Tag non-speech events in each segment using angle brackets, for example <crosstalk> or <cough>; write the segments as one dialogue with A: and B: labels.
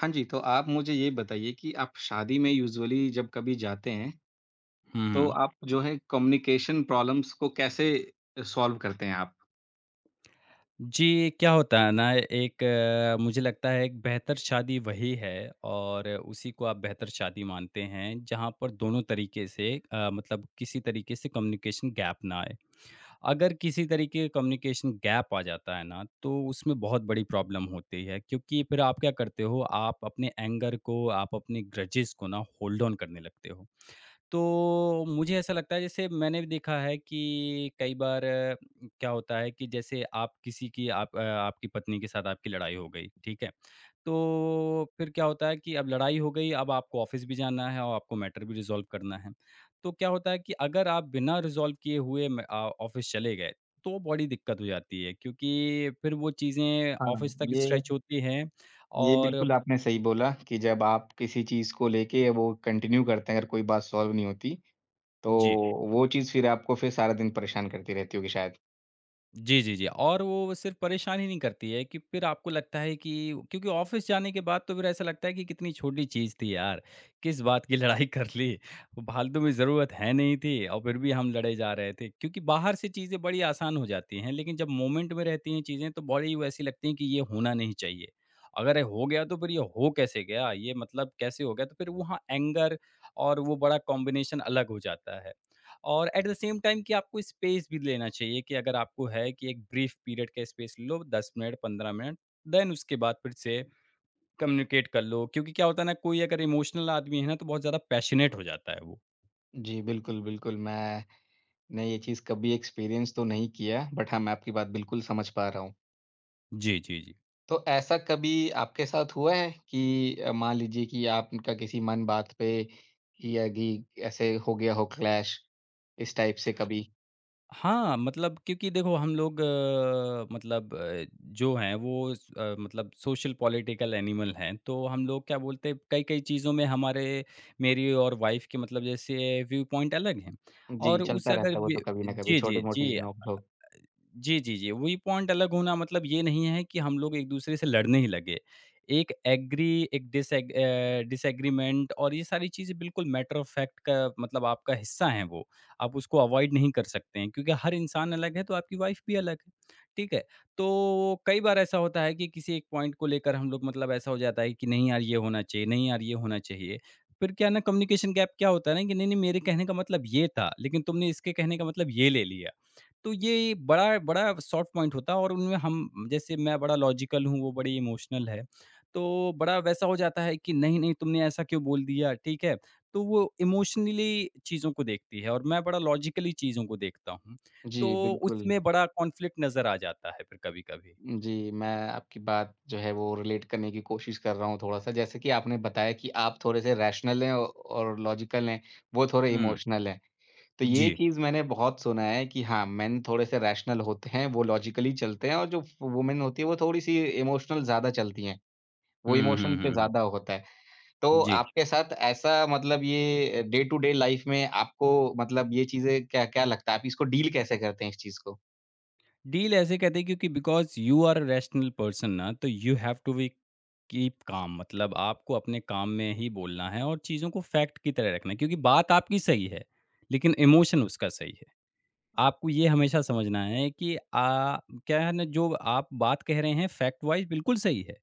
A: हाँ जी, तो आप मुझे ये बताइए कि आप शादी में यूज़ुअली जब कभी जाते हैं, तो
B: हुँ।
A: आप जो है कम्युनिकेशन प्रॉब्लम्स को कैसे सॉल्व करते हैं आप?
B: जी, क्या होता है ना मुझे लगता है एक बेहतर शादी वही है और उसी को आप बेहतर शादी मानते हैं, जहाँ पर दोनों तरीके से मतलब किसी तरीके से कम्युनिकेशन गैप ना आए। अगर किसी तरीके का कम्युनिकेशन गैप आ जाता है ना, तो उसमें बहुत बड़ी प्रॉब्लम होती है क्योंकि फिर आप क्या करते हो, आप अपने एंगर को, आप अपने ग्रजेस को ना होल्ड ऑन करने लगते हो। तो मुझे ऐसा लगता है जैसे मैंने भी देखा है कि कई बार क्या होता है कि जैसे आप किसी की आप अ, आपकी पत्नी के साथ आपकी लड़ाई हो गई, ठीक है? तो फिर क्या होता है कि अब लड़ाई हो गई, अब आपको ऑफ़िस भी जाना है और आपको मैटर भी रिज़ॉल्व करना है। तो क्या होता है कि अगर आप बिना रिज़ॉल्व किए हुए ऑफ़िस चले गए, तो बड़ी दिक्कत हो जाती है क्योंकि फिर वो चीज़ें
A: हाँ,
B: ऑफ़िस तक
A: ये
B: स्ट्रेच होती हैं
A: ये
B: और
A: बिल्कुल आपने सही बोला कि जब आप किसी चीज़ को लेके वो कंटिन्यू करते हैं, अगर कोई बात सॉल्व नहीं होती, तो
B: जी।
A: वो चीज़ फिर आपको फिर सारा दिन परेशान करती रहती होगी शायद।
B: जी, जी, जी। और वो सिर्फ़ परेशान ही नहीं करती है कि फिर आपको लगता है कि क्योंकि ऑफ़िस जाने के बाद तो फिर ऐसा लगता है कि कितनी छोटी चीज़ थी यार, किस बात की लड़ाई <laughs> कर ली? वो फालतू में ज़रूरत है नहीं थी और फिर भी हम लड़े जा रहे थे। क्योंकि बाहर से चीज़ें बड़ी आसान हो जाती हैं, लेकिन जब मोमेंट में रहती हैं चीज़ें तो बड़ी वो ऐसी लगती हैं कि ये होना नहीं चाहिए। अगर ये हो गया तो फिर ये हो कैसे गया? ये मतलब कैसे हो गया? तो फिर वहाँ एंगर और वो बड़ा कॉम्बिनेशन अलग हो जाता है। और एट द सेम टाइम कि आपको स्पेस भी लेना चाहिए कि अगर आपको है कि एक ब्रीफ पीरियड का स्पेस लो 10 मिनट 15 मिनट देन उसके बाद फिर से कम्युनिकेट कर लो क्योंकि क्या होता है ना कोई अगर इमोशनल आदमी है ना तो बहुत ज़्यादा पैशनेट हो जाता है वो।
A: जी, बिल्कुल, बिल्कुल, मैंने ये चीज़ कभी एक्सपीरियंस तो नहीं किया, बट हाँ, मैं आपकी बात बिल्कुल समझ पा रहा हूँ।
B: जी, जी, जी।
A: तो ऐसा कभी आपके साथ हुआ है कि मान लीजिए कि आपका किसी मन बात पे या कि ऐसे हो गया हो क्लैश इस टाइप से कभी?
B: हाँ, मतलब क्योंकि देखो हम लोग मतलब जो हैं वो मतलब सोशल पॉलिटिकल एनिमल हैं। तो हम लोग क्या बोलते हैं कई-कई चीज़ों में हमारे मेरी और वाइफ़ के मतलब जैसे व्यू पॉइंट अलग हैं
A: जी,
B: और उस
A: चलता
B: अगर
A: रहता है वो तो
B: वे
A: कभी न कभी
B: जी, जी,
A: छोटी-मोटी
B: जी।
A: नोक-झोंक।
B: जी, जी, जी। व्यूपॉइंट अलग होना मतलब ये नहीं है कि हम लोग एक-दूसरे से लड़ने ही लगे। एक एग्री, डिसएग्रीमेंट और ये सारी चीज़ें बिल्कुल मैटर ऑफ फैक्ट का मतलब आपका हिस्सा है वो। आप उसको अवॉइड नहीं कर सकते हैं क्योंकि हर इंसान अलग है तो आपकी वाइफ़ भी अलग है। ठीक है? तो कई बार ऐसा होता है कि किसी एक पॉइंट को लेकर हम लोग मतलब ऐसा हो जाता है कि नहीं यार ये होना चाहिए, नहीं यार ये होना चाहिए। फिर क्या है ना कम्युनिकेशन गैप क्या होता है ना कि नहीं, नहीं मेरे कहने का मतलब ये था, लेकिन तुमने इसके कहने का मतलब ये ले लिया। तो ये बड़ा बड़ा सॉफ्ट पॉइंट होता है और उनमें हम जैसे मैं बड़ा लॉजिकल हूँ, वो बड़ी इमोशनल है। तो बड़ा वैसा हो जाता है कि नहीं, नहीं तुमने ऐसा क्यों बोल दिया, ठीक है? तो वो इमोशनली चीज़ों को देखती है और मैं बड़ा लॉजिकली चीज़ों को देखता हूँ। तो
A: जी, बिल्कुल।
B: उसमें बड़ा कॉन्फ्लिक्ट नज़र आ जाता है फिर कभी-कभी।
A: जी, मैं आपकी बात जो है वो रिलेट करने की कोशिश कर रहा हूँ थोड़ा-सा। जैसे कि आपने बताया कि आप थोड़े से रैशनल हैं औ और लॉजिकल हैं, वो थोड़े
B: हुँ।
A: इमोशनल हैं। तो ये
B: जी।
A: चीज़ मैंने बहुत सुना है कि हाँ, मेन थोड़े से रैशनल होते हैं, वो लॉजिकली चलते हैं और जो वुमेन होती है वो थोड़ी-सी इमोशनल ज़्यादा चलती हैं, वो
B: हुँ, हुँ,
A: इमोशन पे
B: हुँ, हुँ।
A: ज़्यादा होता है। तो
B: जी।
A: आपके साथ ऐसा मतलब ये डे टू डे लाइफ़ में आपको मतलब ये चीज़ें क्या क्या लगता है? आप इसको डील कैसे करते हैं इस चीज़ को?
B: डील ऐसे कहते हैं क्योंकि because you are a rational person ना तो you have to be keep काम मतलब आपको अपने काम में ही बोलना है और चीज़ों को फैक्ट की तरह रखना है क्योंकि बात आपकी सही है लेकिन इमोशन उसका सही है आपको ये हमेशा समझना है कि क्या है ना जो आप बात कह रहे हैं फैक्ट वाइज बिल्कुल सही है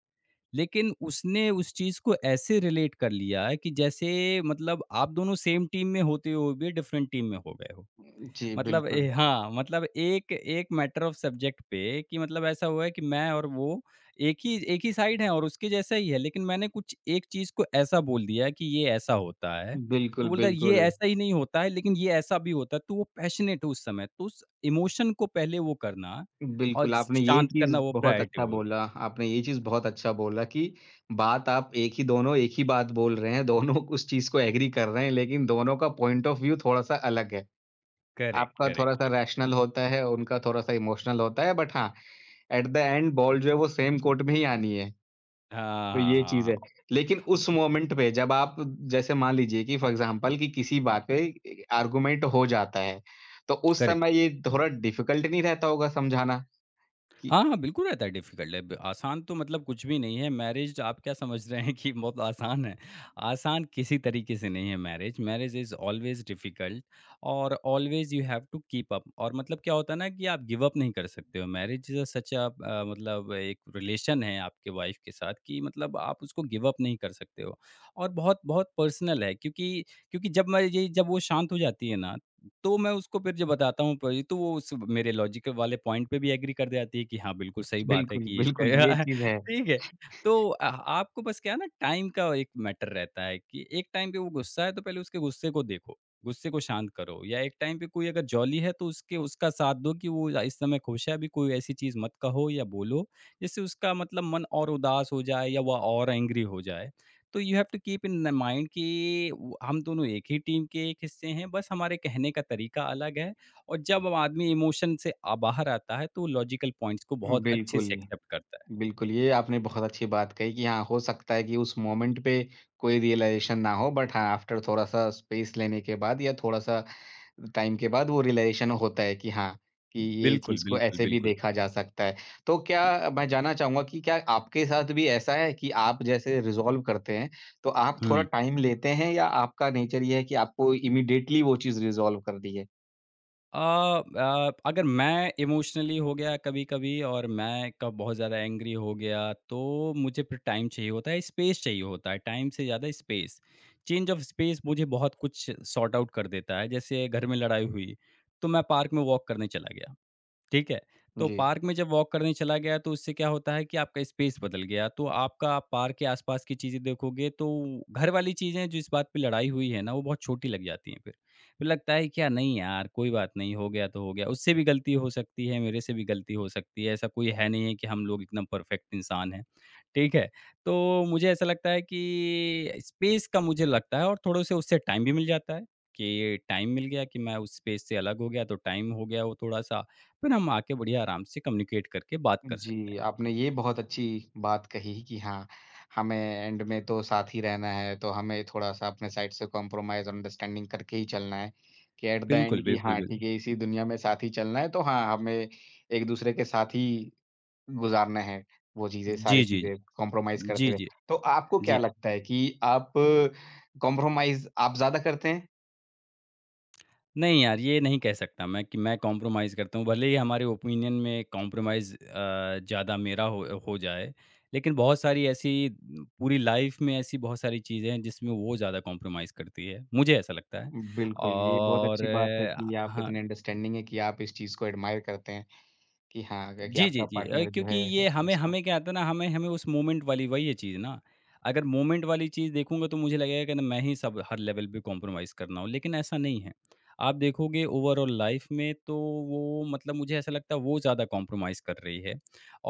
B: लेकिन उसने उस चीज़ को ऐसे रिलेट कर लिया है कि जैसे मतलब आप दोनों सेम टीम में होते हुए भी डिफरेंट टीम में हो गए हो
A: जी,
B: मतलब ए
A: बिल्कुल।
B: हाँ, मतलब एक एक मैटर ऑफ सब्जेक्ट पे कि मतलब ऐसा हुआ है कि मैं और वो एक ही साइड हैं और उसके जैसा ही है, लेकिन मैंने कुछ एक चीज़ को ऐसा बोल दिया कि ये ऐसा होता है। तो
A: बिल्कुल,
B: बोलता है ये
A: बिल्कुल।
B: ऐसा ही नहीं होता है लेकिन ये ऐसा भी होता है, तो वो पैशनेट है उस समय। तो उस इमोशन को पहले वो करना और
A: बिल्कुल,
B: शांत करना वो प्रायोरिटी हो।
A: आपने ये चीज़ बहुत अच्छा बोला कि बात आप एक ही दोनों एक ही बात बोल रहे हैं, दोनों <laughs> उस चीज़ को एग्री कर रहे हैं, लेकिन दोनों का पॉइंट ऑफ व्यू थोड़ा-सा अलग है।
B: करेक्ट,
A: आपका
B: करेक्ट,
A: थोड़ा-सा
B: करेक्ट।
A: रैशनल होता है, उनका थोड़ा-सा इमोशनल होता है, बट हाँ, एट द एंड बॉल जो है वो सेम कोर्ट में ही आनी है,
B: हाँ,
A: तो
B: हाँ,
A: ये
B: हाँ,
A: चीज़
B: हाँ।
A: है। लेकिन उस मोमेंट पे जब आप जैसे मान लीजिए कि फॉर एग्ज़ाम्पल कि किसी बात पे ए आर्गुमेंट हो जाता है, तो उस
B: करेक्ट।
A: समय ये थोड़ा डिफ़िकल्ट नहीं रहता होगा समझाना? कि
B: हाँ, हाँ, बिल्कुल रहता है डिफ़िकल्ट है ब आसान तो मतलब कुछ भी नहीं है, मैरिज आप क्या समझ रहे हैं कि बहुत आसान है? आसान किसी तरीके से नहीं है marriage, marriage is always difficult और always you have to keep up और मतलब क्या होता है ना कि आप गिव अप नहीं कर सकते हो। मैरिज इज़ अ सच अ, ब मतलब एक रिलेशन है आपके वाइफ़ के साथ कि मतलब आप उसको गिव अप नहीं कर सकते हो और बहुत-बहुत पर्सनल है क्योंकि क्योंकि जब मैं ये जब वो शांत हो जाती है ना तो मैं उसको फिर जब बताता हूँ परी तो वो उस मेरे लॉजिक वाले पॉइंट पे भी एग्री कर जाती है कि हाँ, बिल्कुल सही बात है
A: बिल्कुल,
B: कि
A: बिल्कुल, ये
B: इसका <laughs>
A: चीज़ है।
B: ठीक है। तो आपको बस क्या है ना टाइम का एक मैटर रहता है कि एक टाइम पे वो गुस्सा है तो पहले उसके गुस्से को देखो, गुस्से को शांत करो या एक टाइम पे कोई अगर जॉली है तो उसके उसका साथ दो कि वो इस समय खुश है, अभी कोई ऐसी चीज़ मत कहो या बोलो, जिससे उसका मतलब मन और उदास हो जाए या वह और एंग्री हो जाए। तो you have to keep in mind कि वो हम दोनों एक ही टीम के एक हिस्से हैं, बस हमारे कहने का तरीका अलग है और जब आदमी इमोशन से बाहर आता है, तो लॉजिकल पॉइंट्स को बहुत अच्छे
A: बिल्कुल,
B: से एक्सेप्ट करता है।
A: बिल्कुल, ये आपने बहुत अच्छी बात कही कि हाँ, हो सकता है कि उस मोमेंट पे कोई रियलाइज़ेशन ना हो बट हाँ, आफ्टर थोड़ा-सा स्पेस लेने के बाद या थोड़ा-सा टाइम के बाद वो रियलाइज़ेशन होता है कि हाँ, कि ये
B: बिल्कुल,
A: चीज़ को
B: बिल्कुल,
A: ऐसे भी
B: बिल्कुल।
A: देखा जा सकता है। तो क्या मैं जानना चाहूँगा कि क्या आपके साथ भी ऐसा है कि आप जैसे रिज़ॉल्व करते हैं, तो आप थोड़ा
B: हुँ।
A: टाइम लेते हैं या आपका नेचर ये है कि आपको इमीडिएटली वो चीज़ रिज़ॉल्व कर दी है?
B: अगर मैं इमोशनली हो गया कभी-कभी और मैं कब बहुत ज़्यादा एंग्री हो गया, तो मुझे फिर टाइम चाहिए होता है, स्पेस चाहिए होता है, टाइम से ज़्यादा स्पेस। चेंज ऑफ स्पेस मुझे बहुत कुछ सॉर्ट आउट कर देता है। जैसे घर में लड़ाई हुई, तो मैं पार्क में वॉक करने चला गया। ठीक है। तो
A: जी।
B: पार्क में जब वॉक करने चला गया तो उससे क्या होता है कि आपका स्पेस बदल गया। तो आपका आप पार्क के आस-पास की चीज़ें देखोगे तो घर वाली चीज़ें जिस बात पे लड़ाई हुई है ना वो बहुत छोटी लग जाती हैं फिर। फिर लगता है कि यार नहीं यार कोई बात नहीं हो गया तो हो गया। उससे भी गलती हो सकती है, मेरे से भी गलती हो सकती है। ऐसा कोई है नहीं है कि हम लोग एकदम परफेक्ट इंसान हैं। ठीक है। तो मुझे ऐसा लगता है कि स्पेस का मुझे लगता है और थोड़े से उससे टाइम भी मिल जाता है कि टाइम मिल गया कि मैं उस स्पेस से अलग हो गया तो टाइम हो गया वो थोड़ा-सा। फिर हम आके बढ़िया आराम से कम्युनिकेट करके बात कर सकते
A: जी,
B: हैं।
A: आपने ये बहुत अच्छी बात कही कि हाँ, हमें एंड में तो साथ ही रहना है, तो हमें थोड़ा-सा अपने साइड से कॉम्प्रोमाइज़ और अंडरस्टैंडिंग करके ही चलना है, कि एट द
B: बिल्कुल,
A: एंड कि
B: बिल्कुल,
A: हाँ,
B: बिल्कुल।
A: ठीक है, इसी दुनिया में साथ ही चलना है, तो हाँ, हमें एक-दूसरे के साथ ही गुज़ारना है, वो चीज़ें,
B: जी,
A: सारी
B: जी।
A: चीज़ें कॉम्प्रोमाइज़
B: जी,
A: करते हुए।
B: जी।
A: तो आपको क्या
B: जी।
A: लगता है कि आप कॉम्प्रोमाइज़ आप ज़्यादा करते हैं?
B: नहीं यार, ये नहीं कह सकता मैं कि मैं कॉम्प्रोमाइज़ करता हूँ। भले ही हमारे ओपिनियन में कॉम्प्रोमाइज़ ज़्यादा मेरा हो जाए, लेकिन बहुत सारी ऐसी न, पूरी लाइफ़ में ऐसी बहुत सारी चीज़ें हैं जिसमें वो ज़्यादा कॉम्प्रोमाइज़ करती है। मुझे ऐसा लगता है
A: बिल्कुल, ये बहुत
B: और
A: अच्छी बात है कि आप
B: हाँ,
A: इतने अंडरस्टैंडिंग हैं कि आप इस चीज़ को एडमायर करते हैं। कि हाँ, अगर कि
B: जी, जी,
A: आपका
B: जी।
A: पार्टनर जो
B: क्योंकि
A: है
B: ये
A: उस
B: हमें
A: चीज़ को
B: हमें क्या आता है ना, हमें हमें उस मोमेंट वाली वही है चीज़ ना, अगर मोमेंट वाली चीज़ देखूँगा तो मुझे लगेगा कि ना मैं ही सब हर लेवल पे कॉम्प्रोमाइज़ कर रहा हूँ, लेकिन ऐसा नहीं है। आप देखोगे ओवरऑल लाइफ़ में तो वो मतलब मुझे ऐसा लगता है वो ज़्यादा कॉम्प्रोमाइज़ कर रही है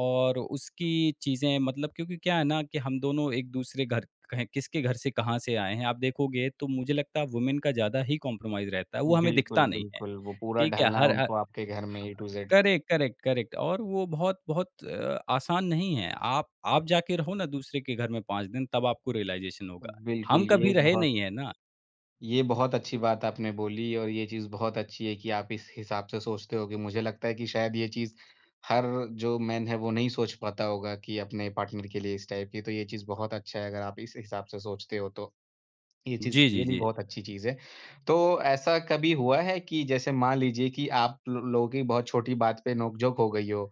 B: और उसकी चीज़ें मतलब क्योंकि क्या है ना कि हम दोनों एक-दूसरे घर कहें किसके घर से कहाँ से आए हैं, आप देखोगे तो मुझे लगता है वुमेन का ज़्यादा ही कॉम्प्रोमाइज़ रहता है, वो हमें
A: बिल्कुल,
B: दिखता नहीं है,
A: बिल्कुल, वो पूरा
B: ठीक है?
A: ढलना है
B: हर ह
A: उनको आपके घर में A to Z.
B: Correct, correct, correct और वो बहुत बहुत आसान नहीं है। आप जाके रहो ना दूसरे के घर में 5 दिन तब आपको रियलाइज़ेशन होगा। हम
A: बिल्कुल, ये
B: कभी रहे
A: बहुत
B: नहीं है ना।
A: ये बहुत अच्छी बात आपने बोली और ये चीज़ बहुत अच्छी है कि आप इस हिसाब से सोचते हो कि मुझे लगता है कि शायद ये चीज़ हर जो मैन है वो नहीं सोच पाता होगा कि अपने पार्टनर के लिए इस टाइप की, तो ये चीज़ बहुत अच्छा है अगर आप इस हिसाब से सोचते हो तो। ये चीज़
B: जी, जी,
A: रियली
B: जी।
A: बहुत अच्छी चीज़ है। तो ऐसा कभी हुआ है कि जैसे मान लीजिए कि आप लो लोगों की बहुत छोटी बात पे नोक-झोंक हो गई हो?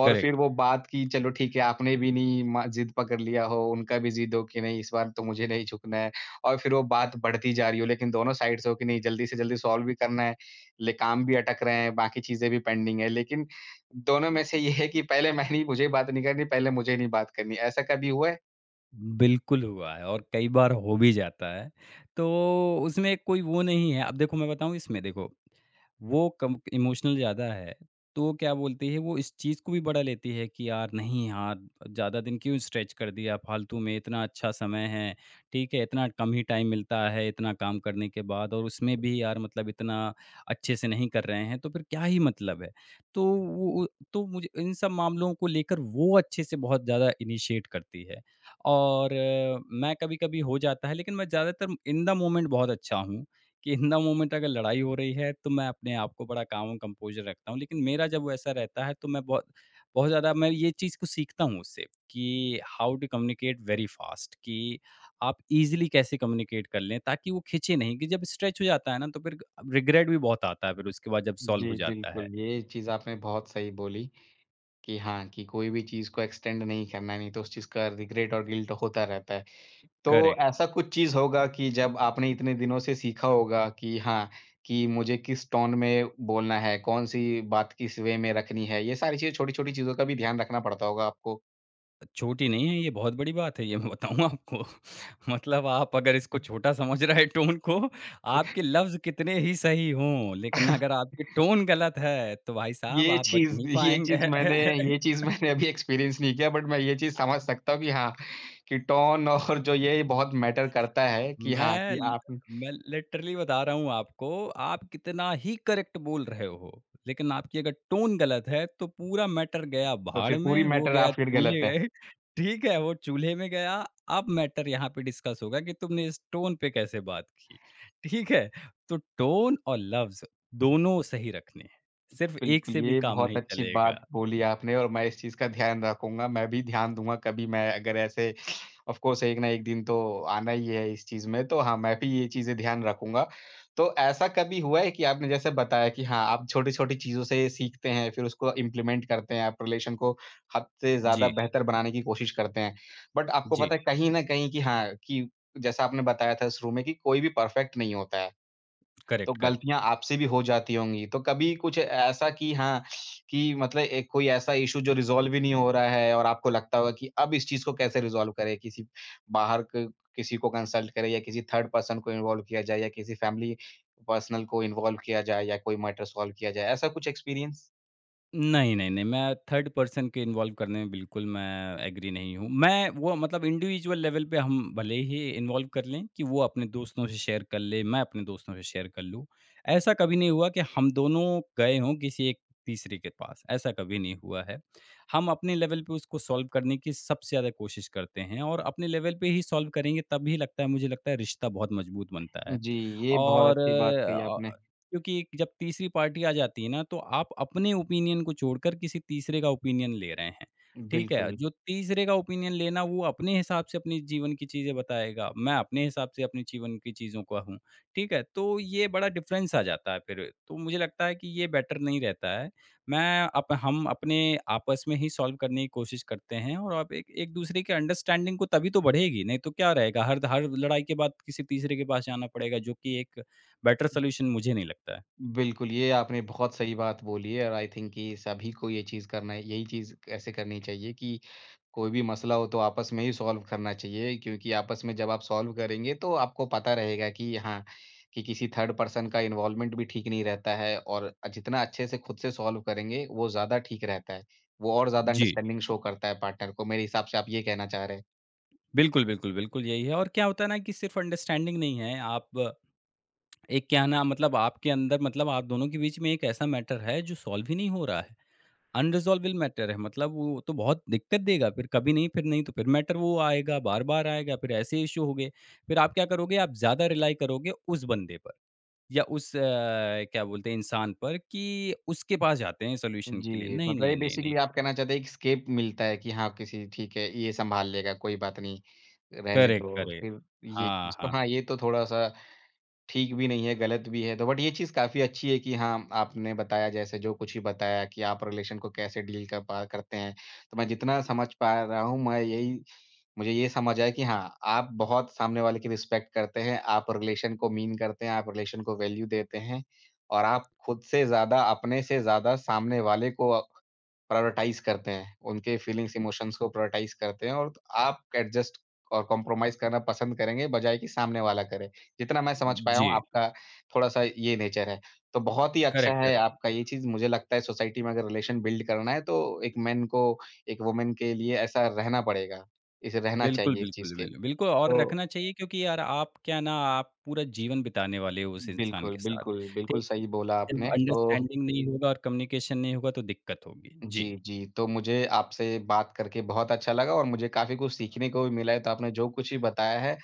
A: और फिर
B: करेक्ट।
A: वो बात की चलो ठीक है आपने भी नहीं मा ज़िद पकड़ लिया हो, उनका भी ज़िद हो कि नहीं इस बार तो मुझे नहीं झुकना है और फिर वो बात बढ़ती जा रही हो लेकिन दोनों साइड्स हो कि नहीं जल्दी से जल्दी सॉल्व भी करना है, ले काम भी अटक रहे हैं, बाकी चीज़ें भी पेंडिंग है। लेकिन दोनों में से ये है कि पहले मैं नहीं मुझे बात नहीं करनी, पहले मुझे नहीं बात करनी, ऐसा कभी हुआ है?
B: बिल्कुल हुआ है और कई बार हो भी जाता है। तो उसमें कोई वो नहीं है अब देखो मैं बताऊँ इसमें देखो, वो कम इमोशनल ज़्यादा है, तो क्या बोलते हैं वो इस चीज़ को भी बड़ा लेती है कि यार नहीं यार ज़्यादा दिन क्यों स्ट्रेच कर दिया फालतू में इतना अच्छा समय है, ठीक है? इतना कम ही टाइम मिलता है इतना काम करने के बाद और उसमें भी यार मतलब इतना अच्छे से नहीं कर रहे हैं, तो फिर क्या ही मतलब है? तो वो तो मुझे इन सब मामलों को लेकर वो अच्छे से बहुत ज़्यादा इनिशिएट करती है। और मैं कभी-कभी हो जाता है, लेकिन मैं ज़्यादातर इन द मोमेंट बहुत अच्छा हूँ, कि इन द मोमेंट अगर लड़ाई हो रही है, तो मैं अपने आप को बड़ा काम और कंपोज़र रखता हूँ। लेकिन मेरा जब वैसा रहता है, तो मैं बहुत बहुत ज़्यादा मैं ये चीज़ को सीखता हूँ उससे कि how to communicate very fast कि आप ईज़िली कैसे कम्युनिकेट कर लें, ताकि वो खिंचे नहीं कि जब स्ट्रेच हो जाता है ना, तो फिर रिग्रेट भी बहुत आता है फिर उसके बाद जब सॉल्व हो
A: जी,
B: जाता
A: बिल्कुल,
B: है।
A: ये चीज़ आपने बहुत सही बोली कि हाँ, कि कोई भी चीज़ को एक्सटेंड नहीं करना है, नहीं तो उस चीज़ का रिग्रेट और गिल्ट होता रहता है। तो
B: करेक्ट।
A: ऐसा कुछ चीज़ होगा कि जब आपने इतने दिनों से सीखा होगा कि हाँ, कि मुझे किस टोन में बोलना है, कौन-सी बात किस वे में रखनी है, ये सारी चीज़ें छोटी-छोटी चीज़ों का भी ध्यान रखना पड़ता होगा आपको।
B: छोटी नहीं है ये, बहुत बड़ी बात है ये मैं बताऊँ आपको। <laughs> मतलब आप अगर इसको छोटा समझ रहे हैं टोन को, आपके लफ्ज़ कितने ही सही हों, लेकिन अगर
A: <laughs>
B: आपकी टोन गलत है, तो भाई साहब
A: ये
B: आप बच
A: चीज़
B: नहीं
A: ये
B: पाएँगे।
A: चीज़ मैंने ये
B: <laughs>
A: चीज़ मैंने अभी एक्सपीरियंस नहीं किया बट मैं ये चीज़ समझ सकता हूँ कि हाँ, कि टोन और जो ये बहुत मैटर करता है कि हाँ,
B: मैं
A: कि
B: ल
A: आप
B: मैं लिटरली बता रहा हूँ आपको, आप कितना ही करेक्ट बोल रहे हो, लेकिन आपकी अगर टोन गलत है, तो पूरा मैटर गया
A: तो
B: भाड़
A: फिर पूरी
B: में, वो
A: मैटर
B: गया
A: आप फिर
B: चूल्हे
A: गलत हैं।
B: गए, ठीक है? वो चूल्हे में गया, अब मैटर यहाँ पे डिस्कस होगा कि तुमने इस टोन पे कैसे बात की, ठीक है? तो टोन और लफ्ज़ दोनों सही रखने हैं, सिर्फ़ एक
A: बिल्कुल,
B: से भी
A: ये
B: काम
A: बहुत
B: नहीं
A: अच्छी बात
B: चलेगा।
A: बोली आपने और मैं इस चीज़ का ध्यान रखूँगा, मैं भी ध्यान दूँगा कभी मैं अगर ऐसे ऑफ़ कोर्स एक ना एक दिन तो आना ही है इस चीज़ में, तो हाँ, मैं भी ये चीज़ें ध्यान रखूँगा। तो ऐसा कभी हुआ है कि आपने जैसे बताया कि हाँ, आप छोटी-छोटी चीज़ों से सीखते हैं, फिर उसको इम्प्लीमेंट करते हैं, आप रिलेशन को हद से ज़्यादा
B: जी,
A: बेहतर बनाने की कोशिश करते हैं। बट आपको
B: जी,
A: पता है कहीं न कहीं कि हाँ, कि जैसा आपने बताया था शुरू में कि कोई भी परफ़ेक्ट नहीं होता है। तो
B: करेक्ट, करेक्ट।
A: गलतियाँ आपसे भी हो जाती होंगी। तो कभी कुछ ऐसा कि हाँ, कि मतलब एक कोई ऐसा इश्यू जो रिज़ॉल्व ही नहीं हो रहा है और आपको लगता होगा कि अब इस चीज़ को कैसे रिज़ॉल्व करें? किसी बाहर क किसी को कंसल्ट करें या किसी थर्ड पर्सन को इन्वॉल्व किया जाए या किसी फैमिली पर्सनल को इन्वॉल्व किया जाए या कोई मैटर सॉल्व किया जाए, ऐसा कुछ एक्सपीरियंस?
B: नहीं, नहीं, नहीं, मैं थर्ड पर्सन के इन्वॉल्व करने में बिल्कुल मैं एग्री नहीं हूँ। मैं वो मतलब इंडिविजुअल लेवल पे हम भले ही इन्वॉल्व कर लें कि वो अपने दोस्तों से शेयर कर ले, मैं अपने दोस्तों से शेयर कर लूँ। ऐसा कभी नहीं हुआ कि हम दोनों गए हों किसी एक तीसरे के पास, ऐसा कभी नहीं हुआ है। हम अपने लेवल पे उसको सॉल्व करने की सबसे ज़्यादा कोशिश करते हैं और अपने लेवल पे ही सॉल्व करेंगे तभी लगता है मुझे लगता है रिश्ता बहुत मज़बूत बनता है।
A: जी, ये बहुत
B: और
A: अच्छी बात कही आपने।
B: अ क्योंकि एक जब तीसरी पार्टी आ जाती है ना, तो आप अपने ओपिनियन को छोड़कर किसी तीसरे का ओपिनियन ले रहे हैं। ठीक है?
A: बिल्कुल,
B: जो तीसरे का ओपिनियन लेना वो अपने हिसाब से अपने जीवन की चीज़ें बताएगा, मैं अपने हिसाब से अपने जीवन की चीज़ों का हूँ। ठीक है? तो ये बड़ा डिफ़रेंस आ जाता है फिर। तो मुझे लगता है कि ये बेटर नहीं रहता है। मैं अप हम अपने आपस में ही सॉल्व करने की कोशिश करते हैं और आप एक एक-दूसरे के अंडरस्टैंडिंग को तभी तो बढ़ेगी, नहीं तो क्या रहेगा? हर लड़ाई के बाद किसी तीसरे के पास जाना पड़ेगा जो कि एक बेटर सॉल्यूशन मुझे नहीं लगता है।
A: बिल्कुल, ये आपने बहुत सही बात बोली है और आई थिंक कि सभी को ये चीज़ करना यही चीज़ ऐसे करनी चाहिए कि कोई भी मसला हो तो आपस में ही सॉल्व करना चाहिए क्योंकि आपस में जब आप सॉल्व करेंगे तो आपको पता रहेगा कि हाँ, कि किसी थर्ड पर्सन का इन्वॉल्वमेंट भी ठीक नहीं रहता है और जितना अच्छे से खुद से सॉल्व करेंगे वो ज़्यादा ठीक रहता है। वो और ज़्यादा
B: जी।
A: अंडरस्टैंडिंग शो करता है पार्टनर को मेरे हिसाब से आप ये कहना चाह रहे हैं।
B: बिल्कुल, बिल्कुल, बिल्कुल यही है और क्या होता है ना कि सिर्फ़ अंडरस्टैंडिंग नहीं है, आप एक क्या है ना मतलब आपके अंदर मतलब आप दोनों के बीच में एक ऐसा मैटर है जो सॉल्व ही नहीं हो रहा है। अनरिज़ॉल्वेबल मैटर है मतलब वो तो बहुत दिक्कत देगा फिर कभी नहीं फिर नहीं तो फिर मैटर वो आएगा, बार-बार आएगा, फिर ऐसे इश्यू हो गए। फिर आप क्या करोगे आप ज़्यादा रिलाई करोगे उस बंदे पर या उस क्या बोलते हैं इंसान पर कि उसके पास जाते हैं सॉल्यूशन के लिए।
A: जी,
B: नहीं,
A: मतलब ये
B: नहीं, नहीं, नहीं।
A: बेसिकली आप कहना चाहते हैं एक एस्केप मिलता है कि हाँ, किसी ठीक है ये सँभाल लेगा कोई बात नहीं, रहने
B: करेक्ट,
A: दो
B: करेक्ट।
A: फिर ये
B: हाँ,
A: चीज़ तो
B: हाँ।
A: हाँ, ये तो थोड़ा-सा ठीक भी नहीं है, गलत भी है तो बट ये चीज़ काफ़ी अच्छी है कि हाँ, आपने बताया जैसे जो कुछ भी बताया कि आप रिलेशन को कैसे डील कर पा करते हैं। तो मैं जितना समझ पा रहा हूँ मैं यही मुझे ये समझ आया कि हाँ, आप बहुत सामने वाले की रिस्पेक्ट करते हैं, आप रिलेशन को मीन करते हैं, आप रिलेशन को वैल्यू देते हैं और आप खुद से ज़्यादा, अपने से ज़्यादा सामने वाले को प्रायोरिटाइज़ करते हैं। उनके फीलिंग्स, इमोशंस को प्रायोरिटाइज़ करते हैं और आप एडजस्ट और कॉम्प्रोमाइज़ करना पसंद करेंगे, बजाए कि सामने वाला करे। जितना मैं समझ पाया
B: जी।
A: हूँ आपका थोड़ा-सा ये नेचर है। तो बहुत ही अच्छा
B: करेक्ट,
A: है
B: करेक्ट।
A: आपका ये चीज़, मुझे लगता है सोसाइटी में अगर रिलेशन बिल्ड करना है तो एक मेन को, एक वुमन के लिए ऐसा रहना पड़ेगा। इसे रहना
B: बिल्कुल,
A: चाहिए इस चीज़
B: बिल्कुल,
A: के।
B: बिल्कुल और
A: तो
B: रखना चाहिए क्योंकि यार आप क्या ना आप पूरा जीवन बिताने वाले हो उस इंसान
A: बिल्कुल,
B: के साथ,
A: बिल्कुल,
B: ठीक?
A: बिल्कुल सही बोला
B: जब
A: आपने। तो
B: अंडरस्टैंडिंग नहीं होगा और कम्युनिकेशन नहीं होगा तो दिक्कत होगी। जी।
A: जी, जी, तो मुझे आपसे बात करके बहुत अच्छा लगा और मुझे काफ़ी कुछ सीखने को भी मिला है। तो आपने जो कुछ भी बताया है,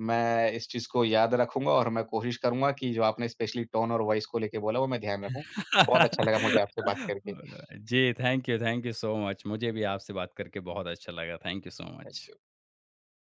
A: मैं इस चीज़ को याद रखूँगा और मैं कोशिश करूँगा कि जो आपने स्पेशली टोन और वॉइस को लेके बोला, वो मैं ध्यान रखूँ। बहुत अच्छा लगा मुझे आपसे बात
B: <laughs>
A: करके।
B: जी, थैंक यू सो मच। मुझे भी आपसे बात करके बहुत अच्छा लगा। Thank you so
A: thank
B: much.
A: You.